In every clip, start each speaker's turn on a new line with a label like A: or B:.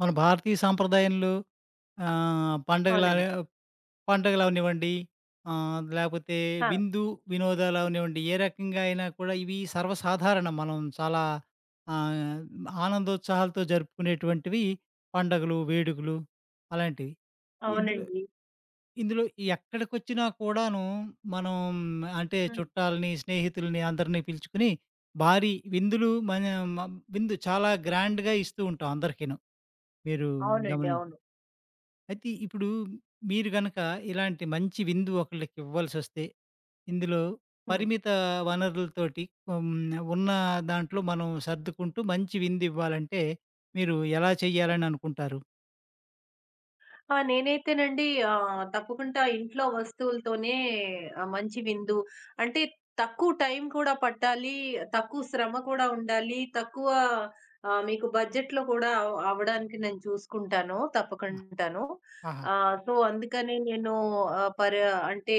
A: మన భారతీయ సాంప్రదాయంలో ఆహ్, పండగల
B: అవునండి.
A: పండగలు అవనివ్వండి, లేకపోతే
B: ఆ!
A: విందు వినోదాలు అవనివ్వండి, ఏ రకంగా అయినా కూడా ఇవి సర్వసాధారణం. మనం చాలా ఆహ్, ఆనందోత్సాహాలతో జరుపుకునేటువంటివి పండగలు, వేడుకలు అలాంటివి. ఇందులో
B: అవునండి.
A: ఇందులో ఎక్కడికొచ్చినా కూడాను మనం అంటే
B: హ్మ్.
A: చుట్టాలని, స్నేహితులని అందరిని పిలుచుకొని భారీ విందులు మన మ విందు చాలా గ్రాండ్‌గా ఇస్తూ ఉంటాం అందరికీను. మీరు
B: అవునండి.
A: గమనించ
B: అవును.
A: అయితే ఇప్పుడు మీరు గనక ఇలాంటి మంచి విందు ఒకళ్ళకి ఇవ్వాల్సొస్తే, ఇందులో
B: హ్మ్.
A: పరిమిత వనరులతోటి హ్మ్. ఉన్న దాంట్లో మనం సర్దుకుంటూ మంచి విందు ఇవ్వాలంటే మీరు ఎలా చేయాలని అనుకుంటారు?
B: ఆ! నేనైతేనండి తప్పకుండా ఇంట్లో వస్తువులతోనే మంచి విందు అంటే తక్కువ టైం కూడా పట్టాలి, తక్కువ శ్రమ కూడా ఉండాలి, తక్కువ మీకు బడ్జెట్‌లో కూడా అవ్వడానికి నేను చూసుకుంటాను.
A: ఆ!
B: తప్పకుండాను.
A: ఆహా!
B: సో, అందుకని నేను ఆహ్, పర అంటే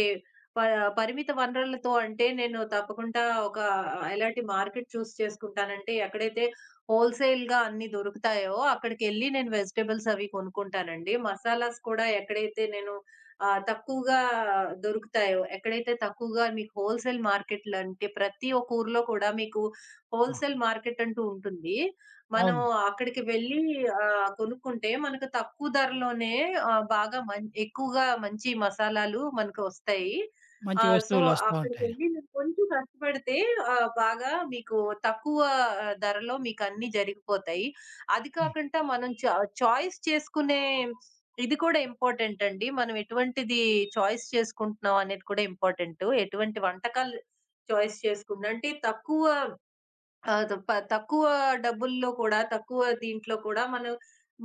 B: ప పరిమిత వనరులతో అంటే నేను తప్పకుండా ఒక ఎలాంటి మార్కెట్ చేసుకుంటానంటే ఎక్కడైతే హోల్‌సేల్‌గా అన్నీ దొరుకుతాయో అక్కడికెళ్ళి నేను వెజిటబుల్స్ అవి కొనుక్కుంటానండి. మసాలాస్ కూడా ఎక్కడైతే నేను తక్కువగా దొరుకుతాయో, ఎక్కడైతే తక్కువగా మీకు హోల్‌సేల్ మార్కెట్‌లంటే ప్రతి ఒక్క ఊర్లో కూడా మీకు
A: ఆ!
B: హోల్‌సేల్ మార్కెట్ అంటూ ఉంటుంది. మనం
A: అవును.
B: అక్కడికి వెళ్ళి కొనుక్కుంటే మనకు తక్కువ ధరలోనే బాగా ఎక్కువగా మంచి మసాలాలు మనకు వస్తాయి.
A: మంచి
B: సో,
A: వస్తువులొస్తా ఉంటాయి.
B: అక్కడికెళ్ళి మీరు కొంచెం కష్టపడితే బాగా మీకు తక్కువ ధరలో మీకన్నీ జరిగిపోతాయి. అది
A: హ్మ్.
B: కాకుండా మనం చా చాయిస్ చేసుకునే ఇది కూడా ఇంపార్టెంట్ అండి. మనం ఎటువంటిది చాయిస్ చేసుకుంటున్నాం అనేది కూడా ఇంపార్టెంటు. ఎటువంటి వంటకాలు చాయిస్ చేసుకున్నా అంటే తక్కువ ఆ! త ప తక్కువ డబ్బుల్లో కూడా, తక్కువ దీంట్లో కూడా మనం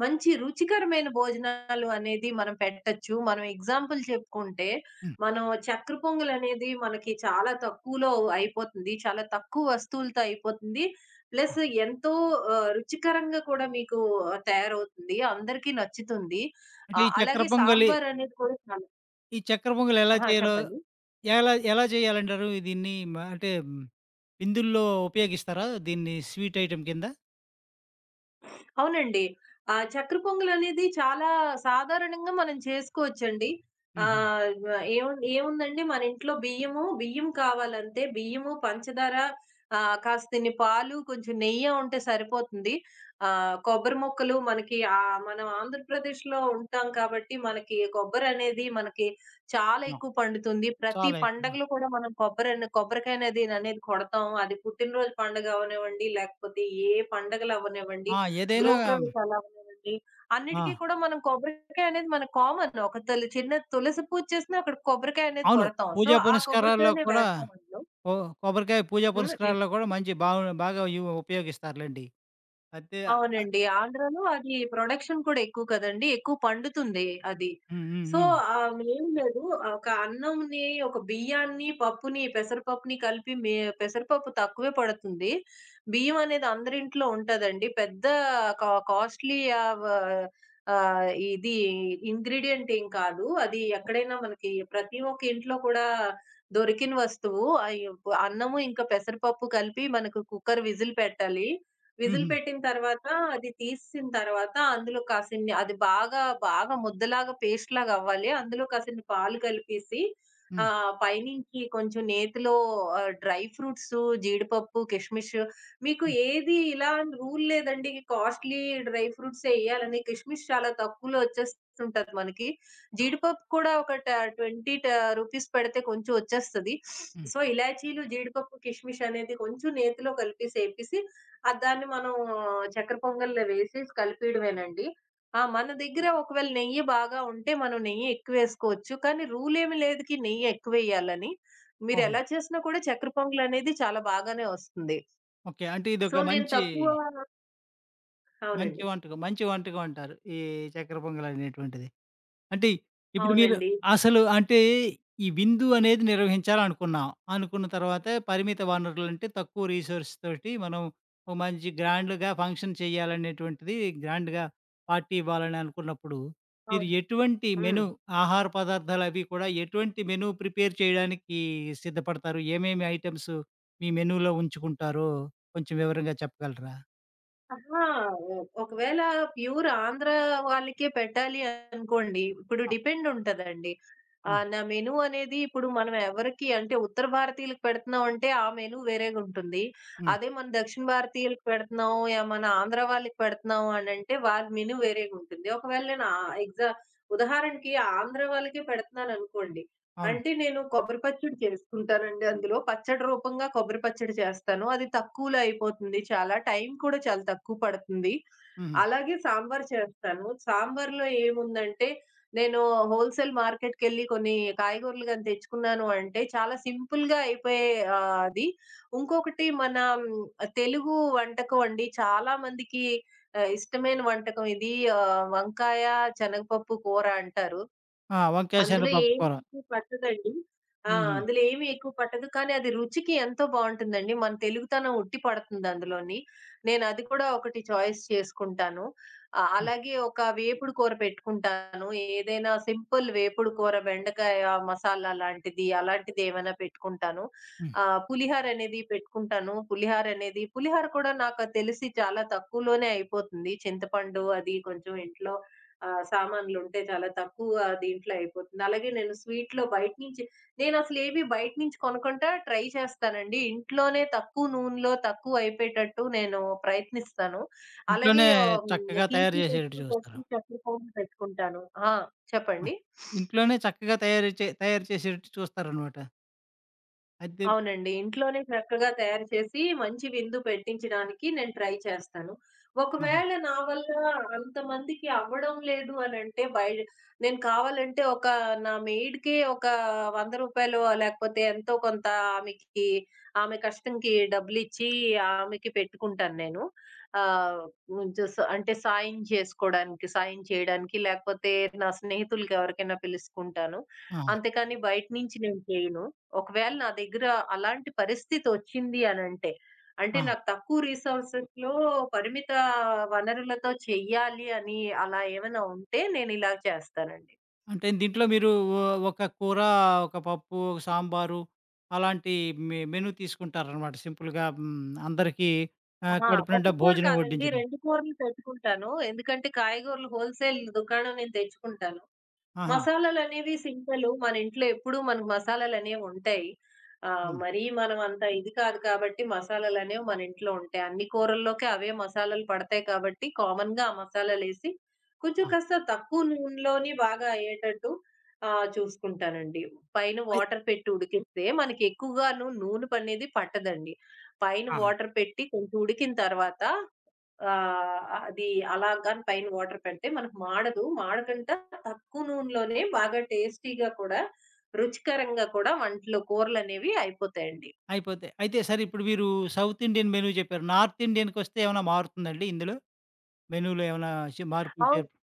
B: మంచి రుచికరమైన భోజనాలు అనేది మనం పెట్టొచ్చు. మనం ఎగ్జాంపుల్ చెప్పుకుంటే,
A: హ్మ్.
B: మనం చక్కర పొంగలనేది మనకి చాలా తక్కువలో అయిపోతుంది. చాలా తక్కువ వస్తువులతో అయిపోతుంది.
A: ఆ!
B: ప్లస్ ఎంతో రుచికరంగా కూడా మీకు తయారవుతుంది. అందరికీ నచ్చుతుంది.
A: అంటే
B: అలాగే సాంబారనేది కూడా చాలా.
A: ఈ చక్కెర పొంగలి ఎలా చేయాలో
B: చెప్పండి.
A: ఎలా ఎలా చేయాలంటారు? దీన్ని అంటే విందుల్లో ఉపయోగిస్తారా? దీన్ని స్వీట్ ఐటెమ్ కింద?
B: అవునండి. ఆ చక్కెర పొంగలనేది చాలా సాధారణంగా మనం చేసుకోవచ్చండి.
A: హుహు.
B: ఆహ్, వ ఏముందండి, మన ఇంట్లో బియ్యము, బియ్యం కావాలంతే. బియ్యము, పంచదార, కాస్తిన్ని పాలు, కొంచెం నెయ్యి ఉంటే సరిపోతుంది. కొబ్బరి ముక్కలు మనకి, మనం ఆంధ్రప్రదేశ్‌లో ఉంటాం కాబట్టి మనకి కొబ్బరనేది మనకి చాలా
A: ఆ!
B: ఎక్కువ పండుతుంది. ప్రతి
A: చాలా ఎక్కువగా.
B: పండగలో కూడా మనం కొబ్బరికాయనేది అనేది అనేది కొడతాం. అది పుట్టినరోజు పండుగ అవ్వనివ్వండి, లేకపోతే ఏ పండగలు అవ్వనివ్వండి.
A: ఆ! ఏదైనా
B: గృహప్రవేశాలు అవనివ్వండి,
A: ఆ!
B: అన్నిటికి కూడా మనం కొబ్బరికాయ అనేది మనకు కామన్. ఒక తులి చిన్న తులసి పూజ చేసినా అక్కడ కొబ్బరికాయ అనేది
A: అవును.
B: కొడతాం. సో,
A: పూజా
B: ఆ
A: పునస్కారాల్లో
B: కొబ్బరికాయనే
A: కూడా
B: వేస్తాం అందులో.
A: కొ కొబ్బరికాయ పూజా
B: హ్మ్.
A: పునస్కారాల్లో కూడా మంచి బాగా బాగా ఉపయోగిస్తారులెండి. అయితే. ఆహ్,
B: అవునండి. ఆంధ్రాలో అది ప్రొడక్షన్ కూడా ఎక్కువ కదండీ. ఎక్కువ పండుతుంది అది.
A: హ్మ్. హ్మ్.
B: సో,
A: హ్మ్.
B: ఏం లేదు, ఒక బియ్యాన్ని, పప్పుని, పెసరపప్పుని కలిపి పెసరపప్పు తక్కువే పడుతుంది. బియ్యం అనేది అందరింట్లో ఉంటదండి. పెద్ద కాస్ట్‌లీ ఆహ్, వ ఆహ్, ఇది ఇంగ్రీడియెంట్ ఏం కాదు. అది ఎక్కడైనా మనకి ప్రతి ఒక్క ఇంట్లో కూడా దొరికిన వస్తువు. అన్నము ఇంకా పెసరపప్పు కలిపి మనకు కుక్కర్ విజిల్ పెట్టాలి. విజిల్
A: హుహు.
B: పెట్టిన తర్వాత అది తీసిన తర్వాత అందులో కాసిన్ని అది బాగా, బాగా ముద్దలాగా పేస్ట్‌లాగా అవ్వాలి. అందులో కాసిన్ని పాలు కలిపేసి,
A: హ్మ్.
B: పైనుంచి కొంచెం నేతిలో డ్రై ఫ్రూట్సు, జీడిపప్పు, కిస్‌మిస్సు, మీకు
A: హ్మ్.
B: ఏది ఇలా అని రూల్ లేదండి. కాస్ట్‌లీ డ్రై ఫ్రూట్సే ఎయ్యాలని. కిస్‌మిస్ చాలా తక్కువలో వచ్చేస్తుంటది మనకి.
A: ఆ!
B: జీడిపప్పు కూడా ఒక ట 20 రూపీస్ పెడితే కొంచెం వచ్చేస్తది.
A: హ్మ్.
B: సో, ఇలాచీలు, జీడిపప్పు, కిస్‌మిస్ అనేది కొంచెం నేతిలో కలిపేసి, ఏపేసి, దాన్ని మనం చక్కెర పొంగల్లో వేసేసి కలిపేయడమేనండి. మన దగ్గర ఒకవేళ నెయ్యి బాగా ఉంటే మనం నెయ్యి ఎక్కువేసుకోవచ్చు. కానీ రూలేమి లేదుకి నెయ్యి ఎక్కువేయాలని.
A: ఓహో!
B: మీరెలా చేసినా కూడా చక్కెర పొంగలనేది చాలా బాగానే వస్తుంది.
A: ఓకే. అంటే
B: సో,
A: ఇదొక
B: నేను
A: మంచి
B: తక్కువ.
A: మంచి
B: అవునండి.
A: వంటకం మంచి వంటకం అంటారు. ఈ చక్కెర పొంగలనేటువంటిది. అంటే ఇప్పుడు మీరు
B: అవునండి.
A: అసలు అంటే ఈ విందు అనేది నిర్వహించాలనుకున్నాం. అనుకున్న తర్వాత పరిమిత వనరులంటే తక్కువ రిసోర్స్ తోటి మనం ఓ మంచి గ్రాండ్‌గా ఫంక్షన్ చేయాలనేటువంటిది, గ్రాండ్‌గా పార్టీ ఇవ్వాలని అనుకున్నప్పుడు, మీరు
B: అవును.
A: ఎటువంటి
B: హ్మ్.
A: మెను ఆహార పదార్థాలవి కూడా ఎటువంటి మెను ప్రిపేర్ చేయడానికి సిద్ధపడతారు? ఏమేమి ఐటెమ్స్ మీ మెనూలో ఉంచుకుంటారో కొంచెం వివరంగా చెప్పగలరా?
B: అహా! ఒ ఒకవేళ ప్యూర్ ఆంధ్ర వాళ్ళకే పెట్టాలి అనుకోండి, ఇప్పుడు
A: ఆ!
B: డిపెండ్ ఉంటదండి.
A: హ్మ్.
B: నా మెను అనేది ఇప్పుడు మనం ఎవరికి, అంటే ఉత్తర భారతీయులకు పెడుతున్నాం అంటే ఆ మెను వేరేగుంటుంది.
A: హ్మ్.
B: అదే మన దక్షిణ భారతీయులకు పెడుతున్నాం, యా మన ఆంధ్ర వాళ్ళకి పెడుతున్నాం అనంటే వాళ్ళ మెను వేరేగుంటుంది. ఒకవేళ నేను ఆహ్, ఎగ్జా ఉదాహరణకి ఆంధ్ర వాళ్ళకే పెడుతున్నాననుకోండి,
A: అవును.
B: అంటే నేను కొబ్బరి పచ్చడి చేసుకుంటానండి. అందులో పచ్చడి రూపంగా కొబ్బరి పచ్చడి చేస్తాను. అది తక్కువలో అయిపోతుంది చాలా. టైం కూడా చాలా తక్కువ పడుతుంది.
A: హుహు.
B: అలాగే సాంబార్ చేస్తాను. సాంబార్‌లో ఏముందంటే, నేను హోల్‌సేల్ మార్కెట్‌కెళ్ళి కొన్ని కాయగూరలు గాని తెచ్చుకున్నాను అంటే, చాలా సింపుల్‌గా అయిపోయే అది. ఇంకొకటి మ్, తెలుగు వంటకం అండి. చాలా మందికి ఇష్టమైన వంటకం ఇది. వంకాయ, శనగపప్పు కూర అంటారు.
A: ఆ! వంకాయ
B: అందులో
A: శనగపప్పు
B: ఏమి
A: కూర.
B: ఎక్కువ పట్టదండి.
A: హుహు.
B: అందులో ఏమి ఎక్కువ పట్టదు. కానీ అది రుచికి ఎంతో బావుంటుందండి. మన తెలుగుతనం ఉట్టి పడుతుంది అందులోని. నేను అది కూడా ఒకటి చాయిస్ చేసుకుంటాను.
A: హ్మ్.
B: అలాగే ఒక వేపుడు కూర పెట్టుకుంటాను. ఏదైనా సింపుల్ వేపుడు కూర, బెండకాయ మసాలా లాంటిది, అలాంటిది ఏమైనా పెట్టుకుంటాను. పులిహార అనేది పెట్టుకుంటాను. పులిహార కూడా నాకు తెలిసి చాలా తక్కువలోనే అయిపోతుంది. చింతపండు అది కొంచెం ఇంట్లో సామాన్లుంటే చాలా తక్కువ దీంట్లో అయిపోతుంది. అలాగే నేను స్వీట్‌లో బయట నుంచి నేనసలేవి బయట నుంచి కొనకుండా ట్రై చేస్తానండి. ఇంట్లోనే తక్కువ నూనెలో తక్కువ అయిపోయేటట్టు నేను ప్రయత్నిస్తాను. అలాగే
A: ఇంట్లోనే
B: ఆహ్, హ్మ్.
A: చక్కగా తయారు
B: తీపి
A: చేసేటట్టు
B: వస్తువుకొచ్చి
A: చూస్తారు.
B: చక్కెర పొంగు పెట్టుకుంటాను. ఆ!
A: ఆ!
B: చెప్పండి?
A: ఇంట్లోనే చక్కగా తయారు చేసేటట్టు చూస్తారనమాట. అయితే.
B: అవునండి. ఇంట్లోనే చక్కగా తయారు చేసి మంచి విందు పెట్టించడానికి నేను ట్రై చేస్తాను.
A: ఆహా!
B: ఒకవేళ నా వల్ల అంతమందికి అవ్వడం లేదు అనంటే బయట, నేను కావాలంటే నా మెయిడ్‌కే ఒక రూ. 100 లేకపోతే ఎంతో కొంత ఆమెకి, ఆమె కష్టంకి డబ్బులిచ్చి ఆమెకి పెట్టుకుంటాను నేను. ఆహ్, జస్ అంటే సాయం చేసుకోడానికి, సాయం చేయడానికి, లేకపోతే నా స్నేహితులకి ఎవరికైనా పిలుసుకుంటాను.
A: ఆ!
B: అంతేకాని బయట నుంచి నేను చేయను. ఒకవేళ నా దగ్గర అలాంటి పరిస్థితొచ్చింది అనంటే, అంటే అంటే
A: ఆ!
B: నాకు తక్కువ రిసోర్సెస్‌లో, పరిమిత వనరులతో చెయ్యాలి అని అలా ఏమైనా ఉంటే నేనిలా చేస్తానండి.
A: అంటే దీంట్లో మీరు ఒ ఒక కూర, ఒక పప్పు, ఒక సాంబారు అలాంటి మెను తీసుకుంటారనమాట సింపుల్‌గా. హ్మ్. అందరికీ
B: అహా!
A: కడుపు
B: ఒక
A: నిండా
B: కూర
A: భోజనం
B: కాదండి.
A: వడ్డించడం.
B: 2 కూరలు పెట్టుకుంటాను. ఎందుకంటే కాయగూరలు హోల్‌సేల్ దుకాణం నుంచి తెచ్చుకుంటాను.
A: ఆహా!
B: మసాలాలనేవి సింపులు. మన ఇంట్లో ఎప్పుడూ మనకు మసాలాలనేవి ఉంటాయి.
A: హ్మ్.
B: మరీ మనం అంత ఇది కాదు కాబట్టి మసాలాలనేవి మన ఇంట్లో ఉంటాయి. అన్ని కూరల్లోకి అవే మసాలాలు పడతాయి కాబట్టి కామన్‌గా ఆ మసాలాలేసి కొంచెం
A: ఆ!
B: కాస్త తక్కువ నూనెలోని బాగా అయ్యేటట్టు చూసుకుంటానండి. పైన
A: అయి
B: వాటర్ పెట్టి ఉడికిస్తే మనకి ఎక్కువగాను నూనె పనేది పట్టదండి. పైన
A: ఆ!
B: వాటర్ పెట్టి కొంచెం ఉడికిన తర్వాత ఆహ్, అది అలా గాని పైన వాటర్ పెడితే మనకు మాడదు. మాడకుండా తక్కువ నూనెలోనే బాగా టేస్టీగా కూడా, రుచికరంగా కూడా వంటలు కూరలనేవి అయిపోతాయండి.
A: అయిపోతాయి. అయితే సరే ఇప్పుడు మీరు సౌత్ ఇండియన్ మెను చెప్పారు. నార్త్ ఇండియన్‌కొస్తే ఏమైనా మారుతుందండి ఇందులో? మెనూలో ఏమైనా మార్పులు చేర్పులు?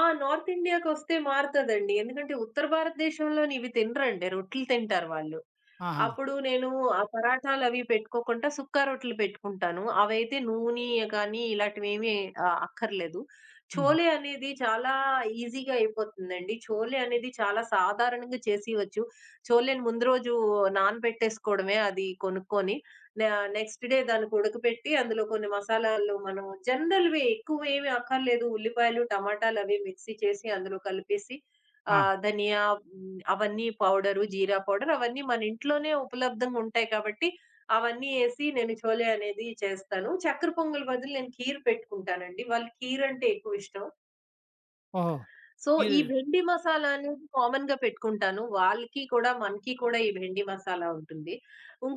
B: నార్త్ ఇండియాకొస్తే మారుతదండి. ఎందుకంటే ఉత్తర భారతదేశంలోని ఇవి తినరండి. రొట్టెలు తింటారు వాళ్ళు.
A: ఆహా!
B: అప్పుడు నేను ఆ పరాటాలవి పెట్టుకోకుండా సుక్క రొట్టెలు పెట్టుకుంటాను. అవైతే నూనె గానీ ఇలాంటివేమీ అక్కర్లేదు.
A: హ్మ్.
B: చోలే అనేది చాలా ఈజీగా అయిపోతుందండి. చోలే అనేది చాలా సాధారణంగా చేసేయవచ్చు. చోలేని ముందు రోజు నానబెట్టేసుకోవడమే, అది కొనుక్కొని. న నెక్స్ట్ డే దానికి ఉడకపెట్టి అందులో కొన్ని మసాలాలు, మనం జనరల్‌వే ఎక్కువేమి అక్కర్లేదు. ఉల్లిపాయలు, టమాటాలవి మిక్సీ చేసి అందులో కలిపేసి,
A: ఆ!
B: ధనియా అవన్నీ పౌడరు, జీరా పౌడర్ అవన్నీ మన ఇంట్లోనే ఉపలబ్ధంగా ఉంటాయి కాబట్టి అవన్నీ ఏసి నేను చోలే అనేది చేస్తాను. చక్కెర పొంగల్ బదులు నేను కీర్ పెట్టుకుంటానండి. వాళ్ళకి కీర్ అంటే ఎక్కువ ఇష్టం.
A: ఓహో!
B: సో, ఈ
A: మీరు.
B: బెండి మసాలా అనేది కామన్‌గా పెట్టుకుంటాను. వాళ్ళకి కూడా, మనకి కూడా ఈ బెండి మసాలా ఉంటుంది.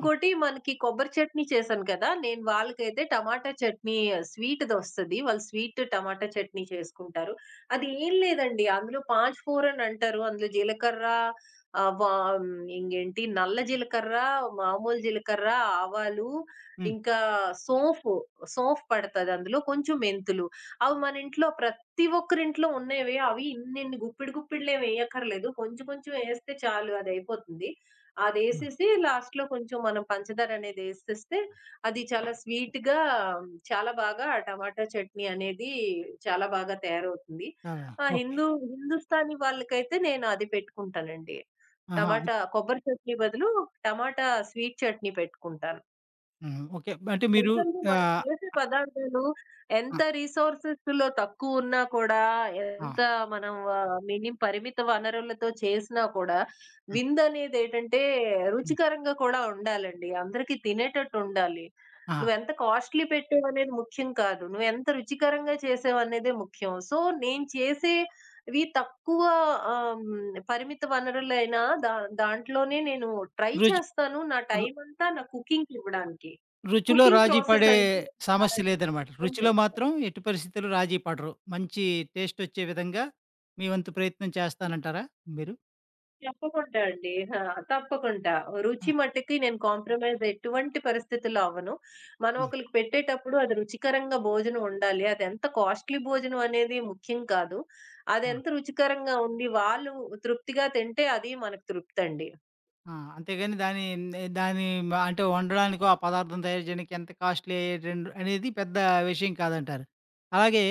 A: హ్మ్.
B: మనకి కొబ్బరి చట్నీ చేశాను కదా! నేను వాళ్ళకైతే టమాటా చట్నీ స్వీట్‌దొస్తది. వాళ్ళు స్వీట్ టమాటా చట్నీ చేసుకుంటారు. అది ఏం లేదండి. అందులో పాజ్ ఫోరన్ అంటారు. అందులో జీలకర్ర, ఆహ్, వా ఇంకేంటి నల్ల జీలకర్ర, మామూలు జీలకర్ర, ఆవాలు,
A: హ్మ్.
B: ఇంకా సోంఫు, సోంఫ్ పడతది అందులో. కొంచెం మెంతులు. అవి మన ఇంట్లో ప్రతి ఒక్కరింట్లో ఉన్నవే. అవి ఇన్నిన్ని గుప్పిడి గుప్పిడిలేం ఎయ్యక్కర్లేదు. కొంచెం కొంచెం ఎస్తే చాలు అదయిపోతుంది.
A: హ్మ్.
B: అదేసేసి లాస్ట్‌లో కొంచెం మనం పంచదారనేది ఎసేస్తే అది చాలా స్వీట్‌గా, చాలా బాగా ఆ టమాటా చట్నీ అనేది చాలా బాగా తయారవుతుంది.
A: ఆ!
B: ఆ!
A: ఓకే.
B: హిందూ హిందుస్థానీ వాళ్ళకైతే నేను అది పెట్టుకుంటానండి.
A: ఆహా!
B: టమాటా
A: అయితే.
B: కొబ్బరి చట్నీ బదులు టమాటా స్వీట్ చట్నీ పెట్టుకుంటాను.
A: హ్మ్. ఓకే. అంటే మీరు
B: ఎందుకంటే మనం
A: ఆహ్,
B: చేసే పదార్థాలు
A: ఆ!
B: ఎంత రిసోర్సెస్‌లో తక్కువున్నా కూడా,
A: ఆ!
B: ఎంత మనం ఆహ్, మిని పరిమిత వనరులతో చేసినా కూడా,
A: హ్మ్.
B: విందనేదేటంటే
A: హ్మ్.
B: రుచికరంగా కూడా ఉండాలండి. అందరికి తినేటట్టుండాలి.
A: ఆహా!
B: నువ్వెంత కాస్ట్‌లీ పెట్టావనేది ముఖ్యం కాదు. నువ్వెంత రుచికరంగా చేసావనేదే ముఖ్యం. సో, నేను చేసేవి తక్కువ పరిమిత వనరులైనా దా దాంట్లోనే నేను ట్రై
A: రుచి
B: చేస్తాను. నా
A: రు
B: టైమంతా నా కుకింగ్‌కివ్వడానికి.
A: రుచిలో
B: కుకింగ్
A: రాజీ
B: ప్రాసెస్
A: పడే
B: అనేది నేను చాలా
A: సమస్య
B: ఇంట్రెస్ట్
A: లేదనమాట.
B: తీసుకొని
A: రుచిలో
B: చేస్తా.
A: మాత్రం ఎట్టి పరిస్థితుల్లో రాజీ పడరు. మంచి టేస్టొచ్చే విధంగా మీ వంతు ప్రయత్నం చేస్తానంటారా మీరు?
B: తప్పకుండా అండి. ఆ! తప్పకుండా.
A: ఆ!
B: రుచి మట్టుకి నేను కాంప్రమైజ్ ఎటువంటి పరిస్థితుల్లో అవ్వను. మనం
A: ఆ!
B: ఒకళ్ళకి పెట్టేటప్పుడు అది రుచికరంగా భోజనం ఉండాలి. అది ఎంత కాస్ట్‌లీ భోజనం అనేది ముఖ్యం కాదు.
A: ఆ!
B: అదెంత రుచికరంగా ఉండి, వాళ్ళు తృప్తిగా తింటే అది మనకు తృప్తండి.
A: ఆ! అంతేగాని దాని దాని అంటే వండడానికో, ఆ పదార్థం తయారు చేయడానికి ఎంత కాస్ట్‌లీ అయ్యేటండ్ అనేది పెద్ద విషయం కాదంటారు. అలాగే.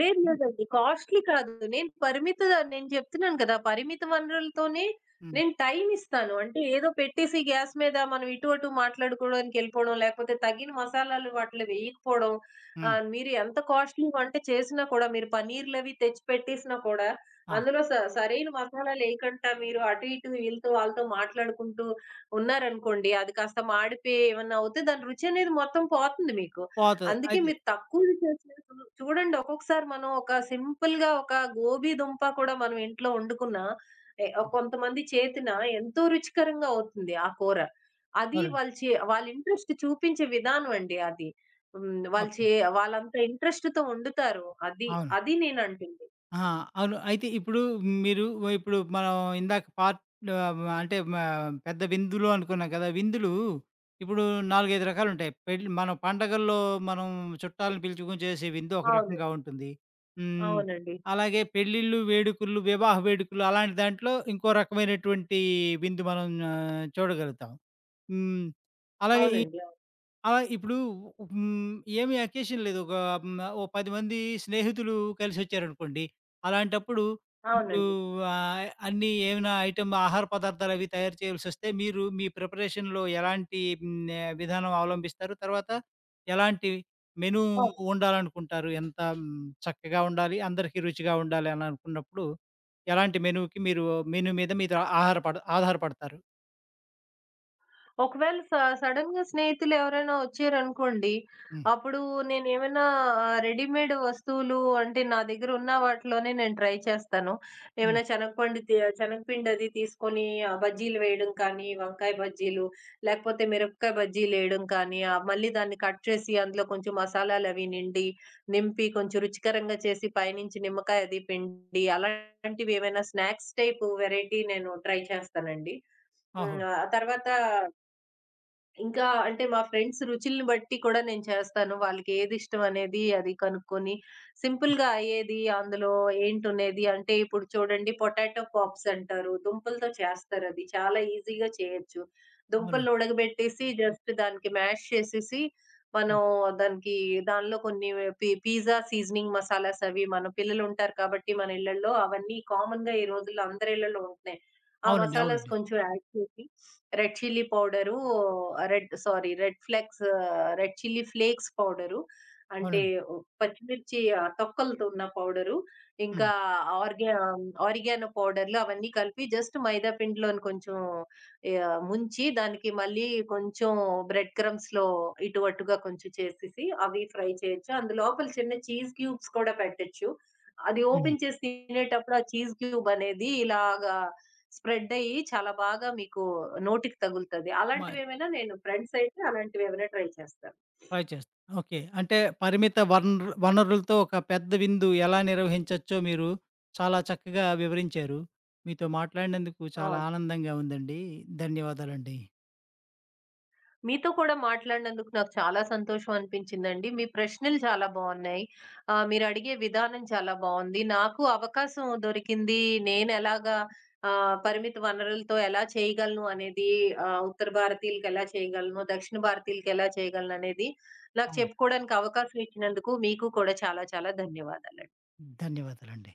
B: లేదు
A: హ్మ్.
B: లేదండి. కాస్ట్‌లీ కాదు. నేను పరిమిత, నేను చెప్తున్నాను కదా! పరిమిత వనరులతోనే
A: హ్మ్.
B: నేను టైమ్ ఇస్తాను. అంటే ఏదో పెట్టేసి గ్యాస్ మీద మనం ఇటు అటు మాట్లాడుకోవడానికెళ్ళిపోవడం, లేకపోతే తగిన మసాలాలు వాటిలో వేయకపోవడం.
A: హ్మ్.
B: మీరు ఎంత కాస్ట్‌లీ వంట చేసినా కూడా, మీరు పన్నీర్‌లవి తెచ్చి పెట్టేసినా కూడా
A: ఆ!
B: అందులో సరైన మసాలాలేయకంట మీరు అటు ఇటు వీళ్ళతో వాళ్ళతో మాట్లాడుకుంటూ ఉన్నారనుకోండి, అది కాస్త మాడిపోయి ఏమన్నా అవుతే దాని రుచనేది మొత్తం పోతుంది మీకు.
A: పోతది.
B: అందుకే
A: అయితే.
B: మీరు తక్కువది చేసినా చూడండి, ఒక్కొక్కసారి మనం ఒక సింపుల్‌గా ఒక గోబీ దుంప కూడా మనం ఇంట్లో వండుకున్నా ఎ
A: ఆ!
B: కొంతమంది చేతిన ఎంతో రుచికరంగా అవుతుంది ఆ కూర. అది
A: అవునండి.
B: వాళ్ళ ఇంట్రెస్ట్ చూపించే విధానం అండి అది. హ్మ్. వాళ్ళు
A: ఓకే.
B: చే వాళ్ళంత ఇంట్రెస్ట్‌తో వండుతారు. అది,
A: అవును.
B: అది నేనంటుంది.
A: ఆ! అవును. అయితే ఇప్పుడు మీరు ఇప్పుడు మనం ఇందాక పార్ట్ అంటే పెద్ద విందులు అనుకున్నాం కదా! విందులు ఇప్పుడు 4, 5 రకాలుంటాయి. పెళ్లి మనం పండగల్లో మనం చుట్టాలను పిలుచుకొని చేసే విందు ఒక
B: అవునండి.
A: రకంగా ఉంటుంది. హ్మ్.
B: అవునండి.
A: అలాగే పెళ్ళిళ్ళు, వేడుకలు, వివాహ వేడుకలు అలాంటి దాంట్లో ఇంకో రకమైనటువంటి విందు మనం చూడగలుగుతాం. హ్మ్. అలాగే ఈ
B: అవునండి. అవును.
A: అలా ఇప్పుడు. హ్మ్. ఏమి అకేషన్ లేదు. ఒక. హ్మ్. ఓ 10 మంది స్నేహితులు కలిసొచ్చారనుకోండి. అలాంటప్పుడు మీరు
B: అవునండి.
A: ఆహ్, అన్నీ ఏమైనా ఐటెమ్ ఆహార పదార్థాలు అవి తయారు చేయాల్సొస్తే మీరు మీ ప్రిపరేషన్‌లో ఎలాంటి విధానం అవలంబిస్తారు? తర్వాత ఎలాంటి మెనూ
B: అవును.
A: వండాలనుకుంటారు? ఎంత చక్కగా ఉండాలి, అందరికీ రుచిగా ఉండాలి అని అనుకున్నప్పుడు ఎలాంటి మెనూకి మీరు మెనూ మీద మీరు ఆహార పడ ఆధారపడతారు?
B: ఒకవేళ స సడెన్‌గా స్నేహితులెవరైనా ఒచ్చారనుకోండి,
A: హ్మ్.
B: అప్పుడు నేనేమైనా రెడీమేడ్ వస్తువులు అంటే నా దగ్గర ఉన్న వాటిలోనే నేను ట్రై చేస్తాను.
A: హ్మ్.
B: ఏమైనా శనగపండు తి శనగపిండి అది తీసుకొని ఆ బజ్జీలు వేయడం కానీ, వంకాయ బజ్జీలు, లేకపోతే మిరపకాయ బజ్జీలేయడం కానీ, మళ్ళీ దాన్ని కట్ చేసి అందులో కొంచెం నింపి కొంచెం రుచికరంగా చేసి పైనుంచి నిమ్మకాయ అది పిండి అలాంటివి ఏమైనా స్నాక్స్ టైపు వెరైటీ నేను ట్రై చేస్తానండి.
A: ఓహో!
B: హ్మ్. ఆ తర్వాత ఇంకా అంటే మా ఫ్రెండ్స్ రుచుల్ని బట్టి కూడా నేను చేస్తాను. వాళ్ళకేదిష్టం అనేది అది కనుక్కొని,
A: హ్మ్.
B: సింపుల్‌గా అయ్యేది అందులో ఏంటునేది, అంటే ఇప్పుడు చూడండి పొటాటో పాప్స్ అంటారు. దుంపలతో చేస్తారది. చాలా ఈజీగా చేయొచ్చు. దుంపలను
A: అవునండి.
B: ఉడకబెట్టేసి జస్ట్ దానికి మ్యాష్ చేసేసి, మనం
A: హ్మ్.
B: దానికి, దానిలో కొన్ని పిజ్జా సీజనింగ్ మసాలాస్, అవి మన పిల్లలుంటారు కాబట్టి మన ఇళ్ళల్లో అవన్నీ కామన్‌గా ఈ రోజుల్లో అందరి ఇళ్ళల్లో ఉంటున్నాయి. ఆ
A: అవునండి.
B: మసాలాస్
A: అవునండి.
B: కొంచెం యాడ్ చేసి, red chilli powder, red sorry red flex red chilli flakes powder. అంటే
A: అవునండి.
B: ఉ పచ్చిమిర్చి తొక్కలతో ఉన్న పౌడరు. ఇంకా
A: హ్మ్.
B: ఆర్గా ఆరిగానో పౌడర్‌లు అవన్నీ కలిపి జస్ట్ మైదా పిండిలోని కొంచెం ముంచి దానికి మళ్ళీ కొంచెం బ్రెడ్ క్రమ్స్‌లో ఇటు అటుగా కొంచెం చేసేసి అవి ఫ్రై చేయొచ్చు. అందులోపల చిన్న చీజ్ క్యూబ్స్ కూడా పెట్టొచ్చు. అది
A: హ్మ్.
B: ఓపెన్ చేసి తినేటప్పుడు ఆ చీజ్ క్యూబ్ అనేది ఇలాగా స్ప్రెడ్ అయ్యి చాలా బాగా మీకు నోటికి తగులుతది.
A: మ
B: అలాంటివేమైనా నేను ఫ్రెండ్స్ అయితే అలాంటివేమైనా ట్రై చేస్తాను.
A: ట్రై చేస్తా. ఓకే. అంటే పరిమిత వనరులతో ఒక పెద్ద విందు ఎలా నిర్వహించొచ్చో మీరు చాలా చక్కగా వివరించారు. మీతో మాట్లాడినందుకు చాలా
B: అవును.
A: ఆనందంగా ఉందండి. ధన్యవాదాలండి.
B: మీతో కూడా మాట్లాడినందుకు నాకు చాలా సంతోషం అనిపించిందండి. మీ ప్రశ్నలు చాలా బావున్నాయి. మీరడిగే విధానం చాలా బావుంది. నాకు అవకాశం దొరికింది. నేనెలాగా పరిమిత వనరులతో ఎలా చేయగలను అనేది, ఉత్తర భారతీయులకెలా చేయగలను, దక్షిణ భారతీయులకెలా చేయగలను అనేది నాకు
A: అవును.
B: చెప్పుకోవడానికి అవకాశం ఇచ్చినందుకు మీకు కూడా చాలా చాలా ధన్యవాదాలండి.
A: ధన్యవాదాలండి.